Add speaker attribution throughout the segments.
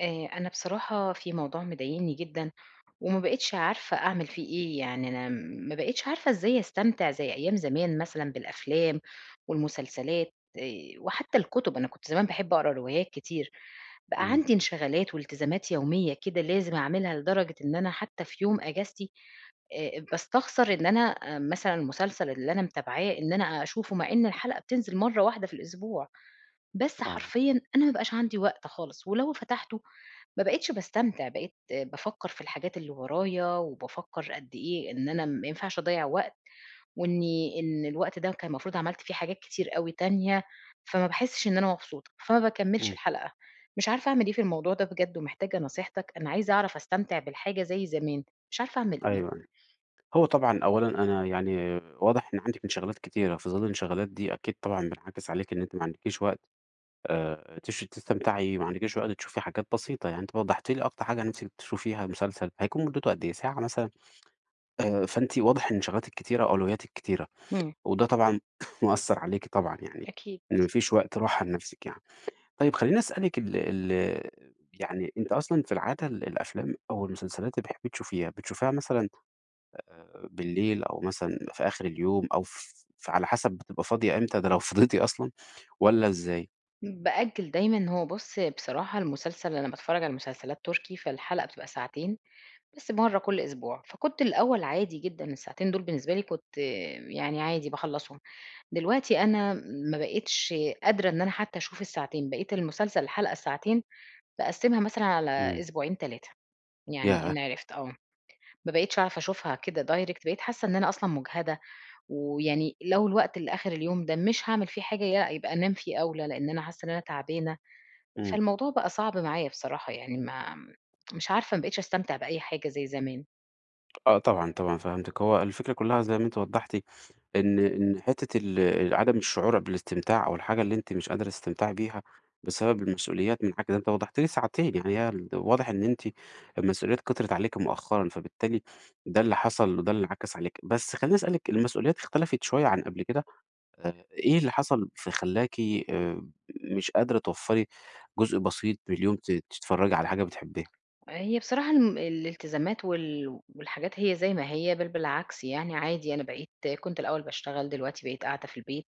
Speaker 1: أنا بصراحة في موضوع مضايقني جدًا، وما بقيتش عارفة أعمل فيه إيه، يعني أنا ما بقيتش عارفة إزاي أستمتع زي أيام زمان مثلًا بالأفلام والمسلسلات، وحتى الكتب. أنا كنت زمان باحب أقرا روايات كتير، بقى
Speaker 2: إمم،
Speaker 1: عندي انشغالات والتزامات يومية كده لازم أعملها لدرجة إن أنا حتى في يوم أجازتي باستخسر إن أنا مثلًا المسلسل اللي أنا متابعاه إن أنا أشوفه، مع إن الحلقة بتنزل مرة واحدة في الأسبوع. بس
Speaker 2: آه،
Speaker 1: حرفيًا أنا ما بقاش عندي وقت خالص، ولو فتحته ما بقيتش باستمتع، بقيت بافكّر في الحاجات اللي ورايا، وبافكّر قد إيه إن أنا ما ينفعش أضيّع وقت، وإني إن الوقت ده كان المفروض عملت فيه حاجات كتير أوي تانية، فما باحسش إن أنا مبسوطة، فما باكمّلش
Speaker 2: إمم،
Speaker 1: الحلقة. مش عارفة أعمل إيه في الموضوع ده بجد، ومحتاجة نصيحتك، أنا عايزة أعرف أستمتع بالحاجة زي زمان، مش عارفة أعمل
Speaker 2: أيوه،
Speaker 1: إيه.
Speaker 2: أيوه. هو طبعًا أولًا أنا يعني واضح إن عندِك انشغالات كتيرة، في ظل الانشغالات دي أكيد طبعًا بينعكس عليكِ إن أنتِ ما عندكيش وقت تش تستمتعي، ما عندكيش وقت تشوفي حاجات بسيطة، يعني أنتِ وضحتِ لي أكتر حاجة نِفسِك تشوفيها مسلسل، هيكون مدته قد إيه، ساعة مثلًا؟ فأنتِ واضح إن انشغالاتِك كتيرة، أولوياتِك كتيرة،
Speaker 1: إمم.
Speaker 2: وده طبعًا مأثّر عليكِ طبعًا يعني،
Speaker 1: أكيد.
Speaker 2: إن ما فيش وقت راحة لنَفْسِك يعني. طيب خلّيني أسألِك ال ال يعني أنتِ أصلًا في العادة الأفلام أو المسلسلات اللي بتحبّي تشوفيها، بتشوفيها مثلًا بالليل أو مثلًا في آخر اليوم أو فعلى حسب بتبقى فاضية إمتى، ده لو فضيتِ أصلًا والّا إزاي؟
Speaker 1: بأجّل دايمًا. هو بُص بصراحة، المسلسل أنا باتفرّج على مسلسلات تركي، فالحلقة بتبقى ساعتين. بس مرّة كل أسبوع، فكنت الأول عادي جدًا، الساعتين دول بالنسبة لي كنت يعني عادي باخلّصهم. دلوقتي أنا ما بقيتش قادرة إن أنا حتى أشوف الساعتين، بقيت المسلسل الحلقة ساعتين باقسّمها مثلًا على
Speaker 2: إمم،
Speaker 1: أسبوعين، 3، يعني
Speaker 2: ياه!
Speaker 1: إن عرفت آه. ما بقيتش أعرف أشوفها كده direct، بقيت حاسة إن أنا أصلًا مُجهدة، ويعني لو الوقت اللي آخر اليوم ده مش هاعمل فيه حاجة يا يبقى أنام فيه أولى، لإن أنا حاسة إن أنا تعبانة.
Speaker 2: إمم،
Speaker 1: فالموضوع بقى صعب معايا بصراحة يعني ما مش عارفة، ما بقيتش أستمتع بأي حاجة زي زمان.
Speaker 2: آه طبعًا، طبعًا فهمتِك. هو الفكرة كلّها زي ما أنتِ وضّحتِ إن حتّة ال عدم الشعور بالاستمتاع أو الحاجة اللي أنتِ مش قادرة تستمتعي بيها بسبب المسؤوليات من حاجة ده أنت وضحتِ لي ساعتين، يعني هي ال واضح إن أنتِ المسؤوليات كترت عليكِ مؤخرًا، فبالتالي ده اللي حصل وده اللي انعكس عليكِ. بس خلّيني أسألِك المسؤوليات اختلفت شوية عن قبل كده؟ إيه اللي حصل فخلّاكِ آآ مش قادرة توفّري جزء بسيط من اليوم تتفرّجي على حاجة بتحبّيها؟
Speaker 1: هي بصراحة الالتزامات والحاجات هي زي ما هي، بل بالعكس يعني عادي. أنا كنت الأول باشتغل، دلوقتي بقيت قاعدة في البيت،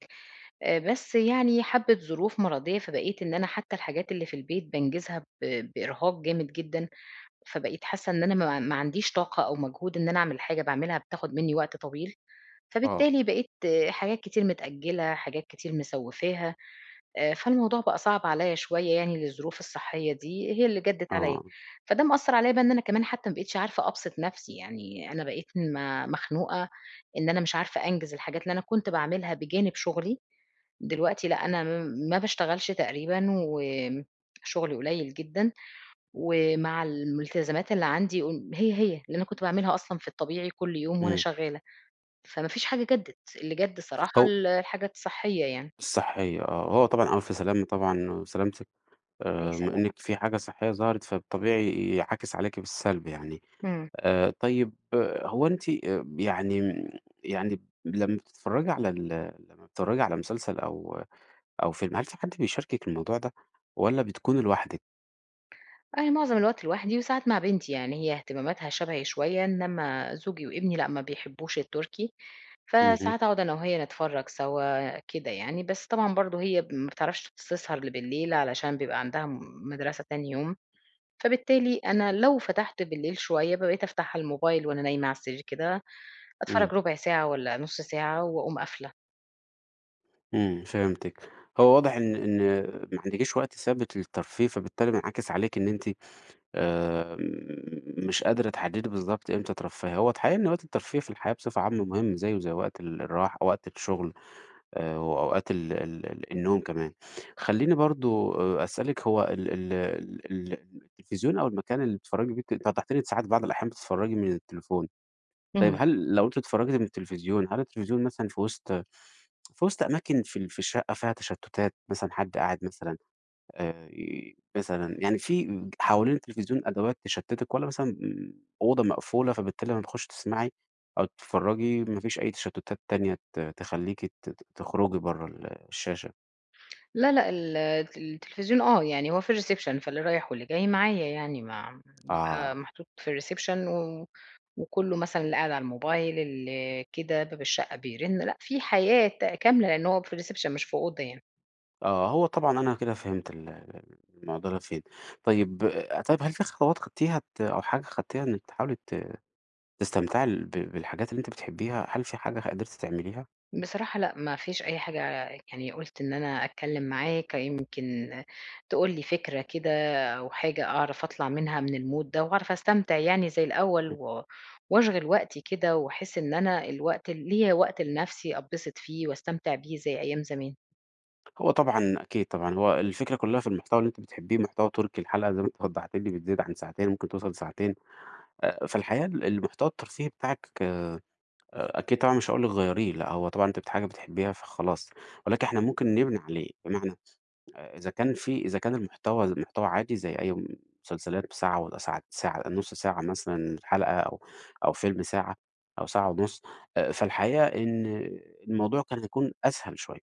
Speaker 1: بس يعني حبّة ظروف مرضية، فبقيت إن أنا حتى الحاجات اللي في البيت بانجزها بإرهاق جامد جدًا، فبقيت حاسة إن أنا ما عنديش طاقة أو مجهود. إن أنا أعمل حاجة باعملها بتاخد منّي وقت طويل،
Speaker 2: آه.
Speaker 1: فبالتالي بقيت، حاجات كتير متأجّلة، حاجات كتير مسوّفاها. فالموضوع بقى صعب عليّا شوية يعني للظروف الصحية دي، هي اللي جدِّت عليّا،
Speaker 2: آه،
Speaker 1: فده مأثّر عليّا بقى إن أنا كمان حتى ما بقيتش عارفة أبسط نَفْسي، يعني أنا بقيت مخنوقة إن أنا مش عارفة أنجز الحاجات اللي أنا كنت باعملها بجانب شُغلي. دلوقتي لأ، أنا ما باشتغلش تقريبًا، شُغلي قليل جدًا، ومع الملتزمات اللي عندي هي، هي اللي أنا كنت باعملها أصلًا في الطبيعي كل يوم وأنا
Speaker 2: إمم.
Speaker 1: شغّالة، فما فيش حاجة جدِّت، اللي جَد صراحة
Speaker 2: هو
Speaker 1: الحاجة الصحية يعني.
Speaker 2: الصحّية آه، هو طبعًا ألف سلامة طبعًا سلامتِك
Speaker 1: الله
Speaker 2: بما إنِّك
Speaker 1: يسلمك.
Speaker 2: في حاجة صحّية ظهرت، فالطبيعي ينعكس عليكِ بالسلب يعني.
Speaker 1: إمم.
Speaker 2: طيب آه، هو أنتِ يعني يعني لمّا بتتفرّجي على ال لمّا بتتفرّجي على مسلسل أو أو فيلم، هل في حد بيشاركِك الموضوع ده والّا بتكوني لوحدِك؟
Speaker 1: أنا معظم الوقت لوحدي، وساعات مع بنتي، يعني هي اهتماماتها شبهي شوية، إنما زوجي وابني لأ، ما بيحبوش التركي،
Speaker 2: اهم،
Speaker 1: فساعات أقعد أنا وهي نتفرّج سوا كده يعني. بس طبعًا برضه هي ما بتعرفش تسهر بالليل علشان بيبقى عندها مدرسة تاني يوم، فبالتالي أنا لو فتحت بالليل شوية، بقيت أفتح على الموبايل وأنا نايمة على السرير كده،
Speaker 2: إمم.
Speaker 1: أتفرّج ربع ساعة والّا نُص ساعة وأقوم قافلة.
Speaker 2: إمم، فهمتِك. هو واضح إن ما عندكيش وقت ثابت للترفيه، فبالتالي بينعكس عليكِ إن أنتِ آآ مش قادرة تحددي بالضبط إمتى ترفّهي. هو الحقيقة إن وقت الترفيه في الحياة بصفة عامة مهم زيه زي وقت الراحة وقت الشغل وأوقات ال ال ال النوم كمان. خلّيني برضه أسألِك هو ال ال ال ال التلفزيون أو المكان اللي بتتفرّجي بيه أنتِ وضّحتِ لي إن ساعات بعض الأحيان بتتفرّجي من التليفون. طيب
Speaker 1: اهم.
Speaker 2: هل لو أنتِ اتفرّجتِ من التلفزيون، هل التلفزيون مثلًا في وسط أماكن في الشقة فيها تشتُّتات، مثلًا حد قاعد مثلًا ي مثلًا يعني في حوالين التلفزيون أدوات تشتِّتِك والّا مثلًا أوضة مقفولة، فبالتالي لمّا تخُشي تسمعي أو تتفرّجي ما فيش أي تشتُّتات تانية تخلّيكِ ت ت تخرجي برّه الشاشة؟
Speaker 1: لا، لأ، التلفزيون يعني هو في الreception، فاللي رايح واللي جاي معايا يعني ما بيبقى
Speaker 2: آه،
Speaker 1: محطوط في الreception وكُلّه مثلًا اللي قاعد على الموبايل، اللي كده، باب الشقة بيرن، لأ، في حياة كاملة لإن هو في الreception، مش في أوضة يعني.
Speaker 2: آه، هو طبعًا أنا كده فهمت ال ال المعضلة فين. طيب آه، طيب هل في خطوات خدتيها أو حاجة خدتيها إنِّك تحاولي تستمتعي ال ب بالحاجات اللي أنتِ بتحبيها، هل في حاجة قدرتِ تعمليها؟
Speaker 1: بصراحة لأ، ما فيش أي حاجة، يعني قُلت إن أنا أتكلّم معاك يمكن تقول لي فكرة كده، أو حاجة أعرف أطلع منها من الmood ده وأعرف أستمتع يعني زي الأول،
Speaker 2: إمم،
Speaker 1: وأشغِل وقتي كده وأحس إن أنا الوقت ليّا وقت لنَفْسي أتبسط فيه واستمتع بيه زي أيام زمان.
Speaker 2: هو طبعًا أكيد طبعًا، هو الفكرة كلّها في المحتوى اللي أنتِ بتحبيه، محتوى تركي الحلقة زي ما أنتِ وضّحتِ لي بتزيد عن ساعتين، ممكن توصل لساعتين، فالحقيقة المحتوى الترفيهي بتاعِك أكيد طبعًا مش هاقول لِك غيّريه، لأ هو طبعًا أنتِ حاجة بتحبيها فخلاص، ولكن إحنا ممكن نبني عليه، بمعنى إذا كان إذا كان المحتوى محتوى عادي زي أي مسلسلات ساعة والّا ساعة ساعة نُص ساعة مثلًا حلقة أو أو فيلم ساعة أو ساعة ونُص، فالحقيقة إن الموضوع كان هيكون أسهل شوية،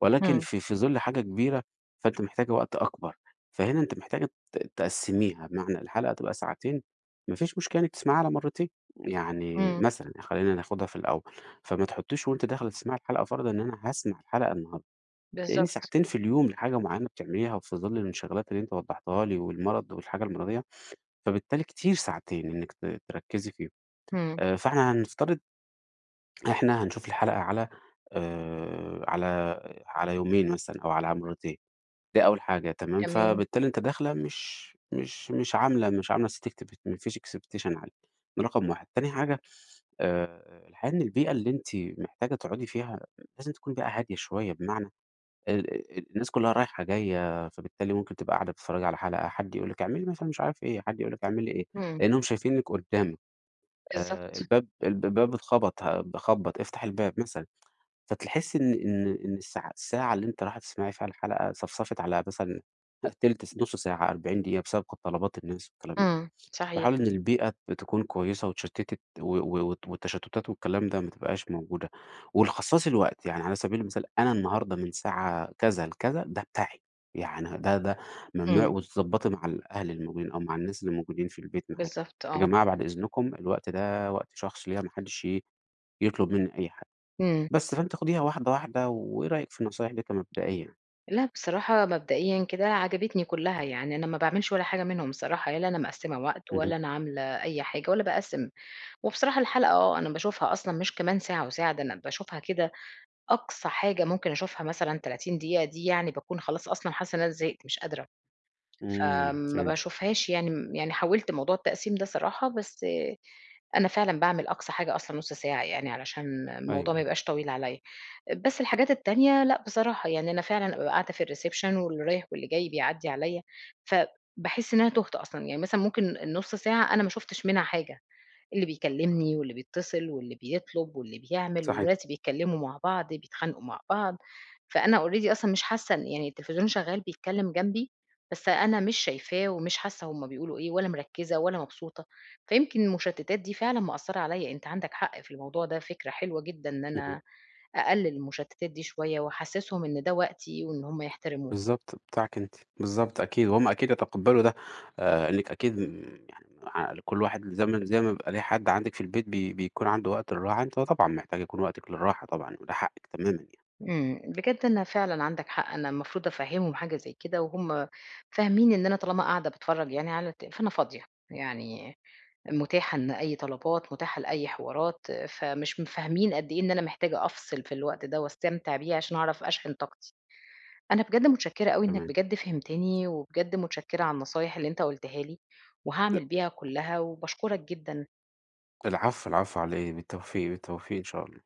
Speaker 2: ولكن
Speaker 1: إمم،
Speaker 2: في ظِل حاجة كبيرة، فأنتِ محتاجة وقت أكبر، فهنا أنتِ محتاجة تقسّميها، بمعنى الحلقة تبقى ساعتين، ما فيش مشكلة إنِّك تسمعيها على مرّتين، يعني
Speaker 1: إمم،
Speaker 2: مثلًا خلّينا ناخدها في الأول، فما تحطّيش وأنتِ داخلة تسمعي الحلقة فرضًا إن أنا هاسمع الحلقة النهارده. لأن
Speaker 1: بالضبط،
Speaker 2: ساعتين في اليوم لحاجة معيّنة بتعمليها في ظِل الانشغالات اللي أنتِ وضّحتيها لي والمرض والحاجة المرضية، فبالتالي كتير ساعتين إنِّك تركّزي فيهم.
Speaker 1: إمم،
Speaker 2: فإحنا هنفترض إحنا هنشوف الحلقة آآ على على يومين مثلًا أو على مرّتين، دي أول حاجة تمام،
Speaker 1: تمام،
Speaker 2: فبالتالي أنتِ داخلة مش عاملة set expect ما فيش expectation عالية، ده رقم 1. تاني حاجة الحقيقة إن البيئة اللي أنتِ محتاجة تقعُدي فيها لازم تكون بيئة هادية شوية بمعنى ال ال الناس كلّها رايحة جاية، فبالتالي ممكن تبقى قاعدة بتتفرّجي على حلقة، حد يقول لِك اعملي مثلًا مش عارف إيه، حد يقول لِك اعملي إيه،
Speaker 1: إمم،
Speaker 2: لإنّهم شايفينِك قدّامك
Speaker 1: بالضبط،
Speaker 2: الباب الباب اتخبط باخبّط افتح الباب مثلًا، فتحسّي إن الساعة اللي أنتِ رايحة تسمعي فيها الحلقة صفصفت على مثلًا تِلت س نُص ساعة، 40 دقيقة بسبب طلبات الناس والكلام ده.
Speaker 1: إمم،
Speaker 2: باحاول
Speaker 1: صحيح،
Speaker 2: إن البيئة بتكون كويسة واتشتتت و و وت والتشتتات والكلام ده ما تبقاش موجودة، ولخصّصي الوقت، يعني على سبيل المثال أنا النهارده من ساعة كذا لكذا ده بتاعي، يعني ده ممنوع
Speaker 1: إمم.
Speaker 2: وتضبّطي مع الأهل الموجودين أو مع الناس اللي موجودين في البيت معاكِ،
Speaker 1: بالضبط
Speaker 2: يا
Speaker 1: آه،
Speaker 2: جماعة بعد إذنكم الوقت ده وقت شخص ليَّ ما حدش يطلب منّي أي حاجة،
Speaker 1: إمم.
Speaker 2: بس فأنتِ خديها واحدة واحدة، وإيه رأيِك في النصايح دي كمبدئية؟
Speaker 1: لأ بصراحة مبدئيًا كده عجبتني كلّها، يعني أنا ما باعملش ولا حاجة منهم بصراحة، لا أنا مقسّمة وقت،
Speaker 2: اهم،
Speaker 1: ولا أنا عاملة أي حاجة، ولا باقسّم. وبصراحة الحلقة، أنا باشوفها أصلًا مش كمان ساعة وساعة، ده أنا باشوفها كده أقصى حاجة ممكن أشوفها مثلًا 30 دقيقة، دي يعني باكون خلاص أصلًا حاسة إن أنا زهقت مش قادرة.
Speaker 2: إمم،
Speaker 1: فما
Speaker 2: فهمت،
Speaker 1: باشوفهاش يعني يعني حاولت موضوع التقسيم ده صراحة، بس أنا فعلًا باعمل أقصى حاجة أصلًا نُص ساعة يعني علشان الموضوع ما
Speaker 2: أيوه،
Speaker 1: يبقاش طويل عليّا. بس الحاجات التانية لأ، بصراحة يعني أنا فعلًا أبقى قاعدة في الreception واللي رايح واللي جاي بيعدّي عليّا، فباحس إن أنا تُهت أصلًا، يعني مثلًا ممكن النُص ساعة أنا ما شُفتش منها حاجة. اللي بيكلّمني واللي بيتصل واللي بيطلب واللي بيعمل،
Speaker 2: صحيح،
Speaker 1: وولادي بيتكلّموا مع بعض، بيتخانقوا مع بعض، فأنا already أصلًا مش حاسّة، إن يعني التليفزيون شغّال بيتكلّم جنبي، بس أنا مش شايفاه ومش حاسّة هُم بيقولوا إيه، ولا مركّزة ولا مبسوطة. فيمكن المشتّتات دي فعلًا مأثّرة عليّا، أنت عندك حق في الموضوع ده، فكرة حلوة جدًا إن
Speaker 2: اهم.
Speaker 1: أنا أقلّل المشتّتات دي شوية وأحسّسهم إن ده وقتي وإن هُم يحترموه.
Speaker 2: بالضبط، بتاعِك أنتِ، بالضبط أكيد، وهُم أكيد يتقبّلوا ده، إنِّك أكيد يعني كل واحد زي ما بيبقى ليه حد عندِك في البيت بيكون عنده وقت للراحة، أنتِ طبعًا محتاجة يكون وقتِك للراحة طبعًا، وده حقِّك تمامًا يعني،
Speaker 1: إمم، بجد أنا فعلًا عندك حق، أنا المفروض أفهّمهم حاجة زي كده، وهُم فاهمين إن أنا طالما قاعدة باتفرّج يعني على فأنا فاضية، يعني متاحة لأي طلبات، متاحة لأي حوارات، فمش فاهمين قد إيه إن أنا محتاجة أفصل في الوقت ده واستمتع بيه عشان أعرف أشحن طاقتي. أنا بجد متشكرة أوي إنك
Speaker 2: تمام.
Speaker 1: بجد فهمتني، وبجد متشكرة على النصايح اللي أنت قُلتها لي،
Speaker 2: أ
Speaker 1: وهاعمل بيها كلّها، وباشكرك جدًا.
Speaker 2: العفو، العفو على إيه، بالتوفيق، بالتوفيق إن شاء الله.